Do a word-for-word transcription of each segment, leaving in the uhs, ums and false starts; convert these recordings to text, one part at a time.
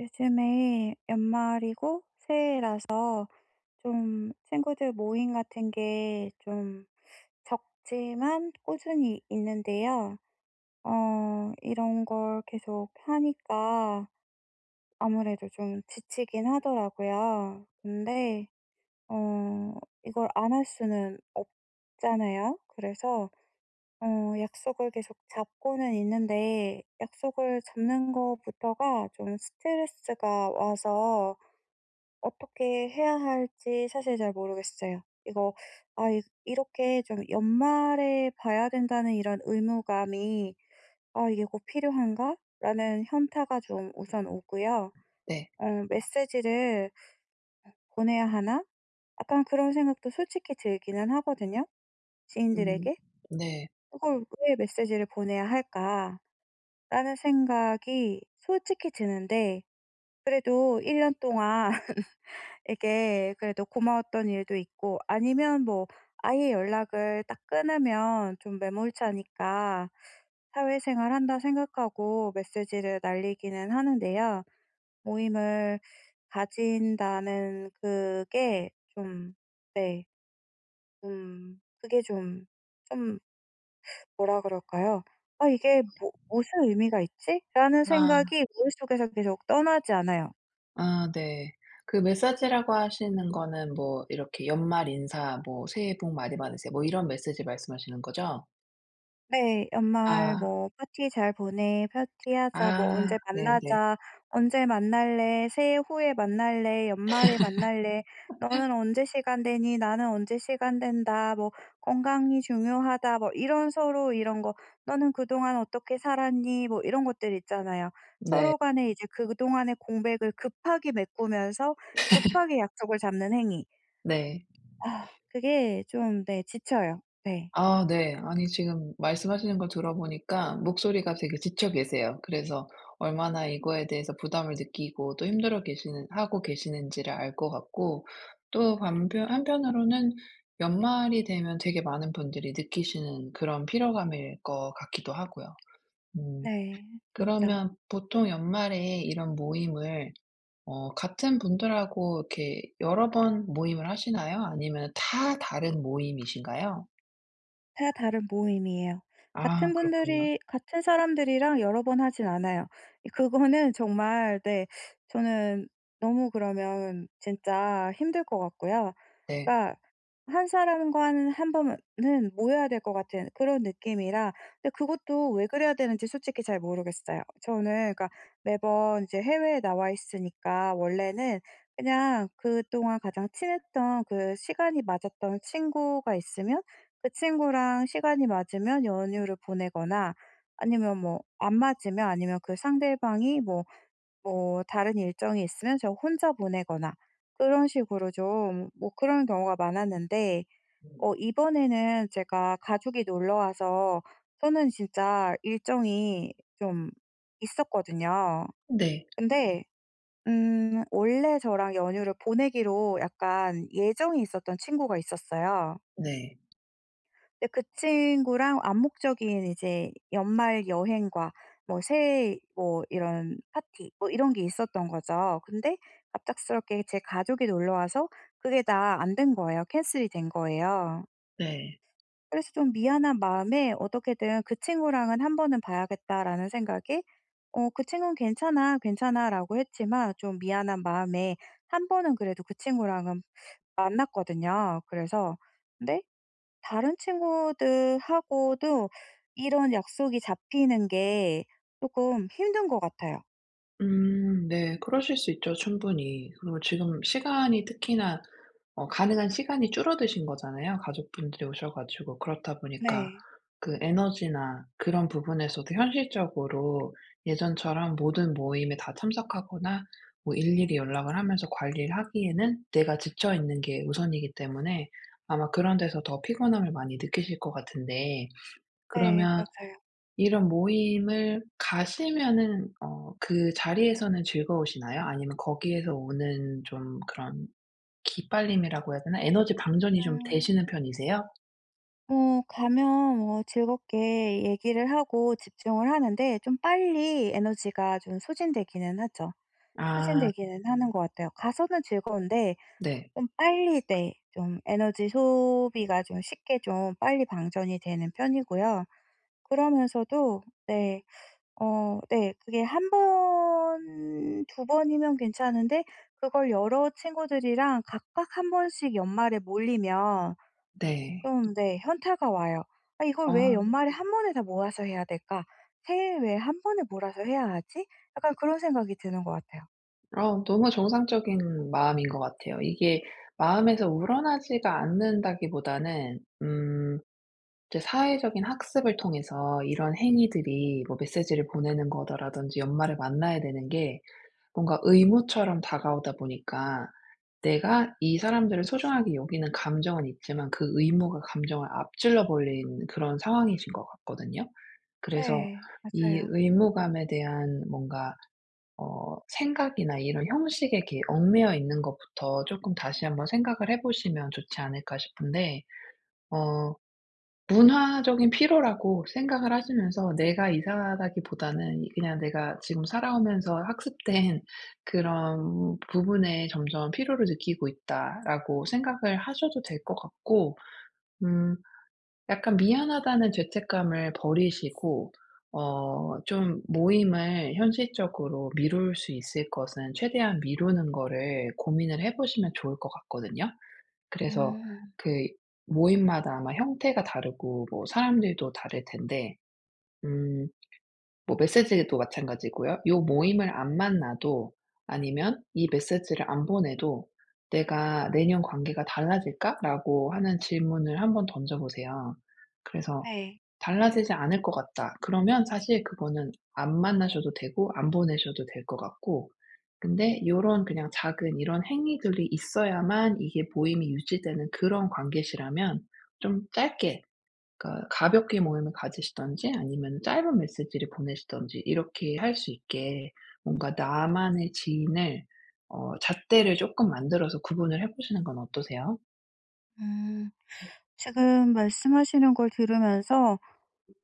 요즘에 연말이고 새해라서 좀 친구들 모임 같은 게 좀 적지만 꾸준히 있는데요. 어, 이런 걸 계속 하니까 아무래도 좀 지치긴 하더라고요. 근데, 어, 이걸 안 할 수는 없잖아요. 그래서, 어, 약속을 계속 잡고는 있는데, 약속을 잡는 것부터가 좀 스트레스가 와서 어떻게 해야 할지 사실 잘 모르겠어요. 이거 아 이 이렇게 좀 '연말에 봐야 된다는 이런 의무감이, 아 이게 꼭 필요한가?'라는 현타가 좀 우선 오고요. 네. 어 '메시지를 보내야 하나?' 약간 그런 생각도 솔직히 들기는 하거든요, 음. 지인들에게. 네. '그걸 왜 메시지를 보내야 할까?'라는 생각이 솔직히 드는데, 그래도 일 년 동안 이게 그래도 고마웠던 일도 있고, 아니면 뭐 아예 연락을 딱 끊으면 좀 매몰차니까 사회생활 한다 생각하고 메시지를 날리기는 하는데요. 모임을 가진다는 그게 좀. 네. 음 그게 좀, 좀 뭐라 그럴까요? '아 이게 뭐 무슨 의미가 있지?'라는 아. 생각이 머릿속에서 계속 떠나지 않아요. 아 네. 그 메시지라고 하시는 거는 뭐 이렇게 연말 인사 뭐 "새해 복 많이 받으세요." 뭐 이런 메시지 말씀하시는 거죠? 네. 연말 아. 뭐 "파티 잘 보내. 파티하자." 뭐 아 "언제 네네. 만나자." "언제 만날래?" "새해 후에 만날래?" "연말에 만날래?" "너는 언제 시간 되니?" "나는 언제 시간 된다." 뭐 "건강이 중요하다." 뭐 이런 서로 이런 거, "너는 그동안 어떻게 살았니?" 뭐 이런 것들 있잖아요. 네. 서로 간에 이제 그동안의 공백을 급하게 메꾸면서 급하게 약속을 잡는 행위. 네. 아 그게 좀, 네, 지쳐요. 네. 아 네. 아니, 지금 말씀하시는 걸 들어보니까 목소리가 되게 지쳐 계세요. 그래서 얼마나 이거에 대해서 부담을 느끼고 또 힘들어 계시는 하고 계시는지를 알 것 같고, 또 반편 한편으로는 연말이 되면 되게 많은 분들이 느끼시는 그런 피로감일 것 같기도 하고요. 음. 네. 진짜. 그러면 보통 연말에 이런 모임을 어 같은 분들하고 이렇게 여러 번 모임을 하시나요? 아니면 다 다른 모임이신가요? 다다른 모임이에요. 아, 같은 그렇군요. 분들이 같은 사람들이랑 여러 번 하진 않아요. 그거는 정말, 네, 저는 너무 그러면 진짜 힘들 것 같고요. 네. 그러니까 한 사람과는 한 번은 모여야 될 것 같은 그런 느낌이라, 근데 그것도 왜 그래야 되는지 솔직히 잘 모르겠어요. 저는 그러니까 매번 이제 해외에 나와 있으니까, 원래는 그냥 그동안 가장 친했던 그 시간이 맞았던 친구가 있으면 그 친구랑 시간이 맞으면 연휴를 보내거나, 아니면 뭐 안 맞으면, 아니면 그 상대방이 뭐 뭐 다른 일정이 있으면 저 혼자 보내거나, 그런 식으로 좀 뭐 그런 경우가 많았는데, 어 이번에는 제가 가족이 놀러 와서 저는 진짜 일정이 좀 있었거든요. 네. 네. 근데 음 원래 저랑 연휴를 보내기로 약간 예정이 있었던 친구가 있었어요. 네. 근데 그 친구랑 암묵적인 이제 연말 여행과 뭐 새해 뭐 이런 파티 뭐 이런 게 있었던 거죠. 근데 갑작스럽게 제 가족이 놀러 와서 그게 다 안 된 거예요. 캔슬이 된 거예요. 네. 그래서 좀 미안한 마음에, 어떻게든 '그 친구랑은 한 번은 봐야겠다.'라는 생각에, 어 "그 친구는 괜찮아, 괜찮아."라고 했지만 좀 미안한 마음에 한 번은 그래도 그 친구랑은 만났거든요. 그래서 근데 다른 친구들하고도 이런 약속이 잡히는 게 조금 힘든 것 같아요. 음. 네. 그러실 수 있죠, 충분히. 그리고 지금 시간이 특히나 어 가능한 시간이 줄어드신 거잖아요, 가족분들이 오셔 가지고. 그렇다 보니까 네. 그 에너지나 그런 부분에서도 현실적으로 예전처럼 모든 모임에 다 참석하거나 뭐 일일이 연락을 하면서 관리를 하기에는 내가 지쳐 있는 게 우선이기 때문에 아마 그런 데서 더 피곤함을 많이 느끼실 것 같은데, 네, 그러면 맞아요. 이런 모임을 가시면은 어 그 자리에서는 즐거우시나요? 아니면 거기에서 오는 좀 그런 기빨림이라고 해야 되나? 에너지 방전이 좀 음. 되시는 편이세요? 뭐 가면 뭐 즐겁게 얘기를 하고 집중을 하는데 좀 빨리 에너지가 좀 소진되기는 하죠. 아 소진되기는 하는 것 같아요. 가서는 즐거운데 네. 좀 빨리, 네, 좀 에너지 소비가 좀 쉽게 좀 빨리 방전이 되는 편이고요. 그러면서도 네. 어 네. 그게 한 번, 두 번이면 괜찮은데 그걸 여러 친구들이랑 각각 한 번씩 연말에 모리면 네. 좀, 네, 현타가 와요. '아 이걸 어. 왜 연말에 한 번에 다 모아서 해야 될까? 새해 왜 한 번에 몰아서 해야 하지?' 약간 그런 생각이 드는 것 같아요. 어 너무 정상적인 마음인 것 같아요. 이게 마음에서 우러나지가 않는다기보다는 음 이제 사회적인 학습을 통해서 이런 행위들이 뭐 메시지를 보내는 거더라든지 연말에 만나야 되는 게 뭔가 의무처럼 다가오다 보니까 내가 이 사람들을 소중하게 여기는 감정은 있지만 그 의무가 감정을 앞질러 버린 그런 상황이신 것 같거든요. 그래서 네. 이 맞아요. 의무감에 대한 뭔가 어 생각이나 이런 형식에 이렇게 얽매여 있는 것부터 조금 다시 한번 생각을 해 보시면 좋지 않을까 싶은데, 어 문화적인 필요라고 생각을 하시면서 내가 이상하다기보다는 이 그냥 내가 지금 살아오면서 학습된 그런 부분에 점점 피로를 느끼고 있다라고 생각을 하셔도 될 것 같고, 음 약간 미안하다는 죄책감을 버리시고 어 좀 모임을 현실적으로 미룰 수 있을 것은 최대한 미루는 거를 고민을 해 보시면 좋을 것 같거든요. 그래서 음. 그 모임마다 아마 형태가 다르고 뭐 사람들도 다를 텐데, 음 뭐 메시지도 마찬가지고요. 요 모임을 안 만나도, 아니면 이 메시지를 안 보내도 '내가 내년 관계가 달라질까?'라고 하는 질문을 한번 던져 보세요. 그래서 네. "달라지지 않을 것 같다." 그러면 사실 그거는 안 만나셔도 되고 안 보내셔도 될 것 같고, 근데 요런 그냥 작은 이런 행위들이 있어야만 이게 모임이 유지되는 그런 관계시라면 좀 짧게, 그러니까 가볍게 모임을 가지시든지 아니면 짧은 메시지를 보내시든지 이렇게 할 수 있게 뭔가 나만의 지인을 어 잣대를 조금 만들어서 구분을 해 보시는 건 어떠세요? 음. 지금 말씀하시는 걸 들으면서,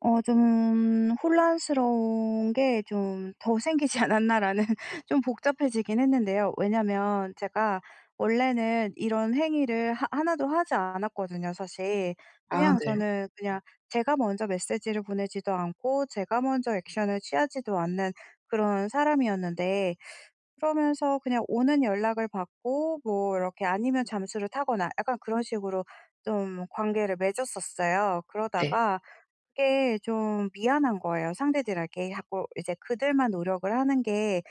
어 좀 혼란스러운 게 좀 더 생기지 않았나라는 좀 복잡해지긴 했는데요. 왜냐면 제가 원래는 이런 행위를 하 하나도 하지 않았거든요 사실. 아 그냥 네. 저는 그냥 제가 먼저 메시지를 보내지도 않고 제가 먼저 액션을 취하지도 않는 그런 사람이었는데, 그러면서 그냥 오는 연락을 받고 뭐 이렇게, 아니면 잠수를 타거나 약간 그런 식으로 좀 관계를 맺었었어요. 네. 그러다가 그게 좀 미안한 거예요, 상대들에게. 자꾸 이제 그들만 노력을 하는 게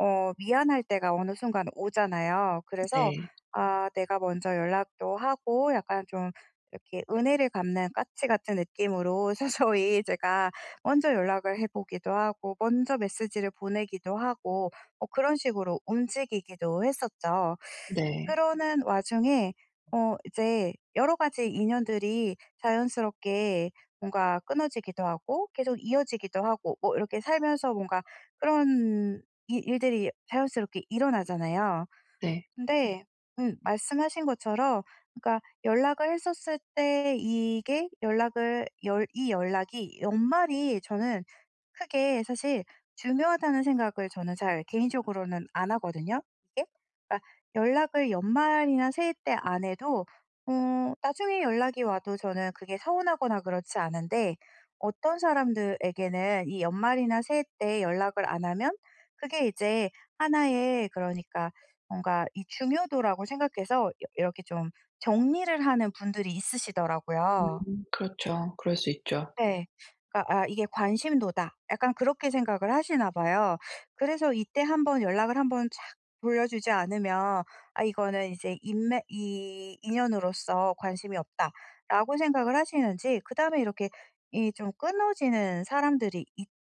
어 미안할 때가 어느 순간 오잖아요. 그래서 네. 아 내가 먼저 연락도 하고 약간 좀 이렇게 은혜를 갚는 까치 같은 느낌으로 서서히 제가 먼저 연락을 해 보기도 하고 먼저 메시지를 보내기도 하고 뭐 그런 식으로 움직이기도 했었죠. 네. 그러는 와중에 어 이제 여러 가지 인연들이 자연스럽게 뭔가 끊어지기도 하고 계속 이어지기도 하고, 뭐 이렇게 살면서 뭔가 그런 이 일들이 자연스럽게 일어나잖아요. 네. 근데 음 말씀하신 것처럼, 그러니까 연락을 했었을 때 이게 연락을 열 이 연락이 연말이, 저는 크게 사실 중요하다는 생각을 저는 잘 개인적으로는 안 하거든요, 이게. 그러니까 연락을 연말이나 새해 때 안 해도 어 나중에 연락이 와도 저는 그게 서운하거나 그렇지 않은데, 어떤 사람들에게는 이 연말이나 새해 때 연락을 안 하면 그게 이제 하나의, 그러니까 뭔가 이 중요도라고 생각해서 이 이렇게 좀 정리를 하는 분들이 있으시더라고요. 음. 그렇죠. 그럴 수 있죠. 네. 그러니까 '아 이게 관심도다.' 약간 그렇게 생각을 하시나 봐요. 그래서 이때 한번 연락을 한번 착 돌려주지 않으면 '아 이거는 이제 인맥 이 인연으로서 관심이 없다.'라고 생각을 하시는지 그다음에 이렇게 이 좀 끊어지는 사람들이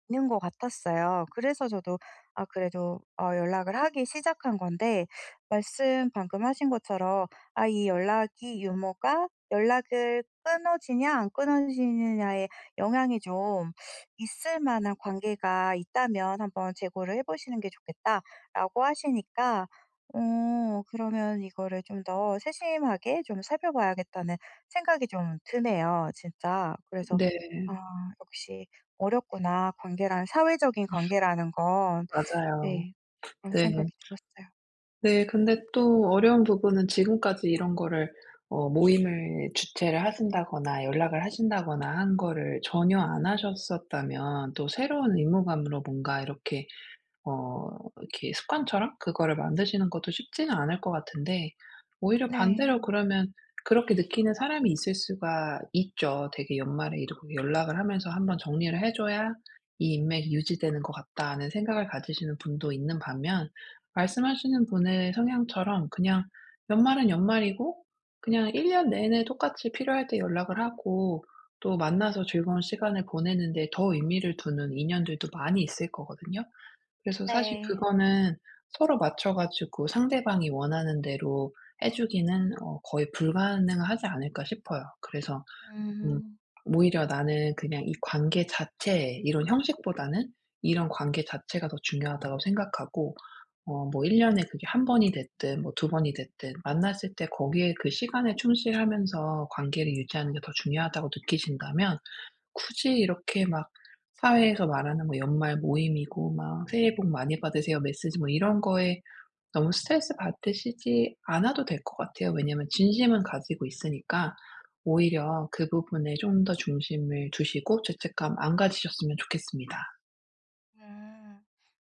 있는 것 같았어요. 그래서 저도 아 그래도 어 연락을 하기 시작한 건데, 말씀 방금 하신 것처럼 아 이 연락이, 유머가 연락을 끊어지냐 안 끊어지느냐에 영향이 좀 있을 만한 관계가 있다면 한번 재고를 해 보시는 게 좋겠다라고 하시니까 어 그러면 이거를 좀 더 세심하게 좀 살펴봐야겠다는 생각이 좀 드네요, 진짜. 그래서 네, '아 역시 어렵구나. 관계란, 사회적인 관계라는 건.' 맞아요. 네. 그런 네. 생각이 들었어요. 네. 근데 또 어려운 부분은 지금까지 이런 거를 어 모임을 주최를 하신다거나 연락을 하신다거나 한 거를 전혀 안 하셨었다면 또 새로운 의무감으로 뭔가 이렇게 어 이렇게 습관처럼 그거를 만드시는 것도 쉽지는 않을 것 같은데, 오히려 네. 반대로 그러면 그렇게 느끼는 사람이 있을 수가 있죠. 되게 연말에 이렇게 연락을 하면서 '한 번 정리를 해 줘야 이 인맥이 유지되는 것 같다.'는 생각을 가지시는 분도 있는 반면, 말씀하시는 분의 성향처럼 그냥 연말은 연말이고 그냥 일 년 내내 똑같이 필요할 때 연락을 하고 또 만나서 즐거운 시간을 보내는 데 더 의미를 두는 인연들도 많이 있을 거거든요. 그래서 사실 네. 그거는 서로 맞춰 가지고 상대방이 원하는 대로 해 주기는 어 거의 불가능하지 않을까 싶어요. 그래서 음 음. 오히려 나는 그냥 이 관계 자체에 이런 형식보다는 이런 관계 자체가 더 중요하다고 생각하고 어 뭐 일 년에 그게 한 번이 됐든 뭐 두 번이 됐든 만났을 때 거기에 그 시간에 충실하면서 관계를 유지하는 게 더 중요하다고 느끼신다면 굳이 이렇게 막 사회에서 말하는 뭐 연말 모임이고 막 "새해 복 많이 받으세요." 메시지 뭐 이런 거에 너무 스트레스 받으시지 않아도 될 것 같아요. 왜냐면 진심은 가지고 있으니까 오히려 그 부분에 좀 더 중심을 두시고 죄책감 안 가지셨으면 좋겠습니다. 음.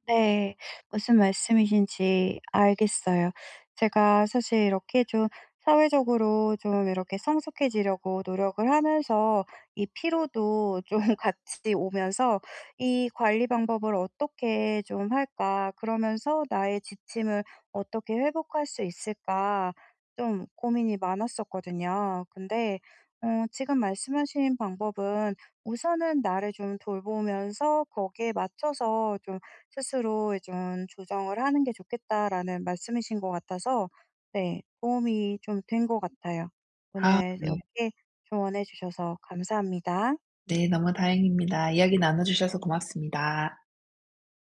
네. 무슨 말씀이신지 알겠어요. 제가 사실 이렇게 좀 사회적으로 좀 이렇게 성숙해지려고 노력을 하면서 이 피로도 좀 같이 오면서 '이 관리 방법을 어떻게 좀 할까? 그러면서 나의 지침을 어떻게 회복할 수 있을까?' 좀 고민이 많았었거든요. 근데 어 지금 말씀하신 방법은 우선은 나를 좀 돌보면서 거기에 맞춰서 좀 스스로 좀 조정을 하는 게 좋겠다라는 말씀이신 것 같아서, 네, 도움이 좀 된 것 같아요. 아 오늘 네. 이렇게 조언해 주셔서 감사합니다. 네 너무 다행입니다. 이야기 나눠 주셔서 고맙습니다.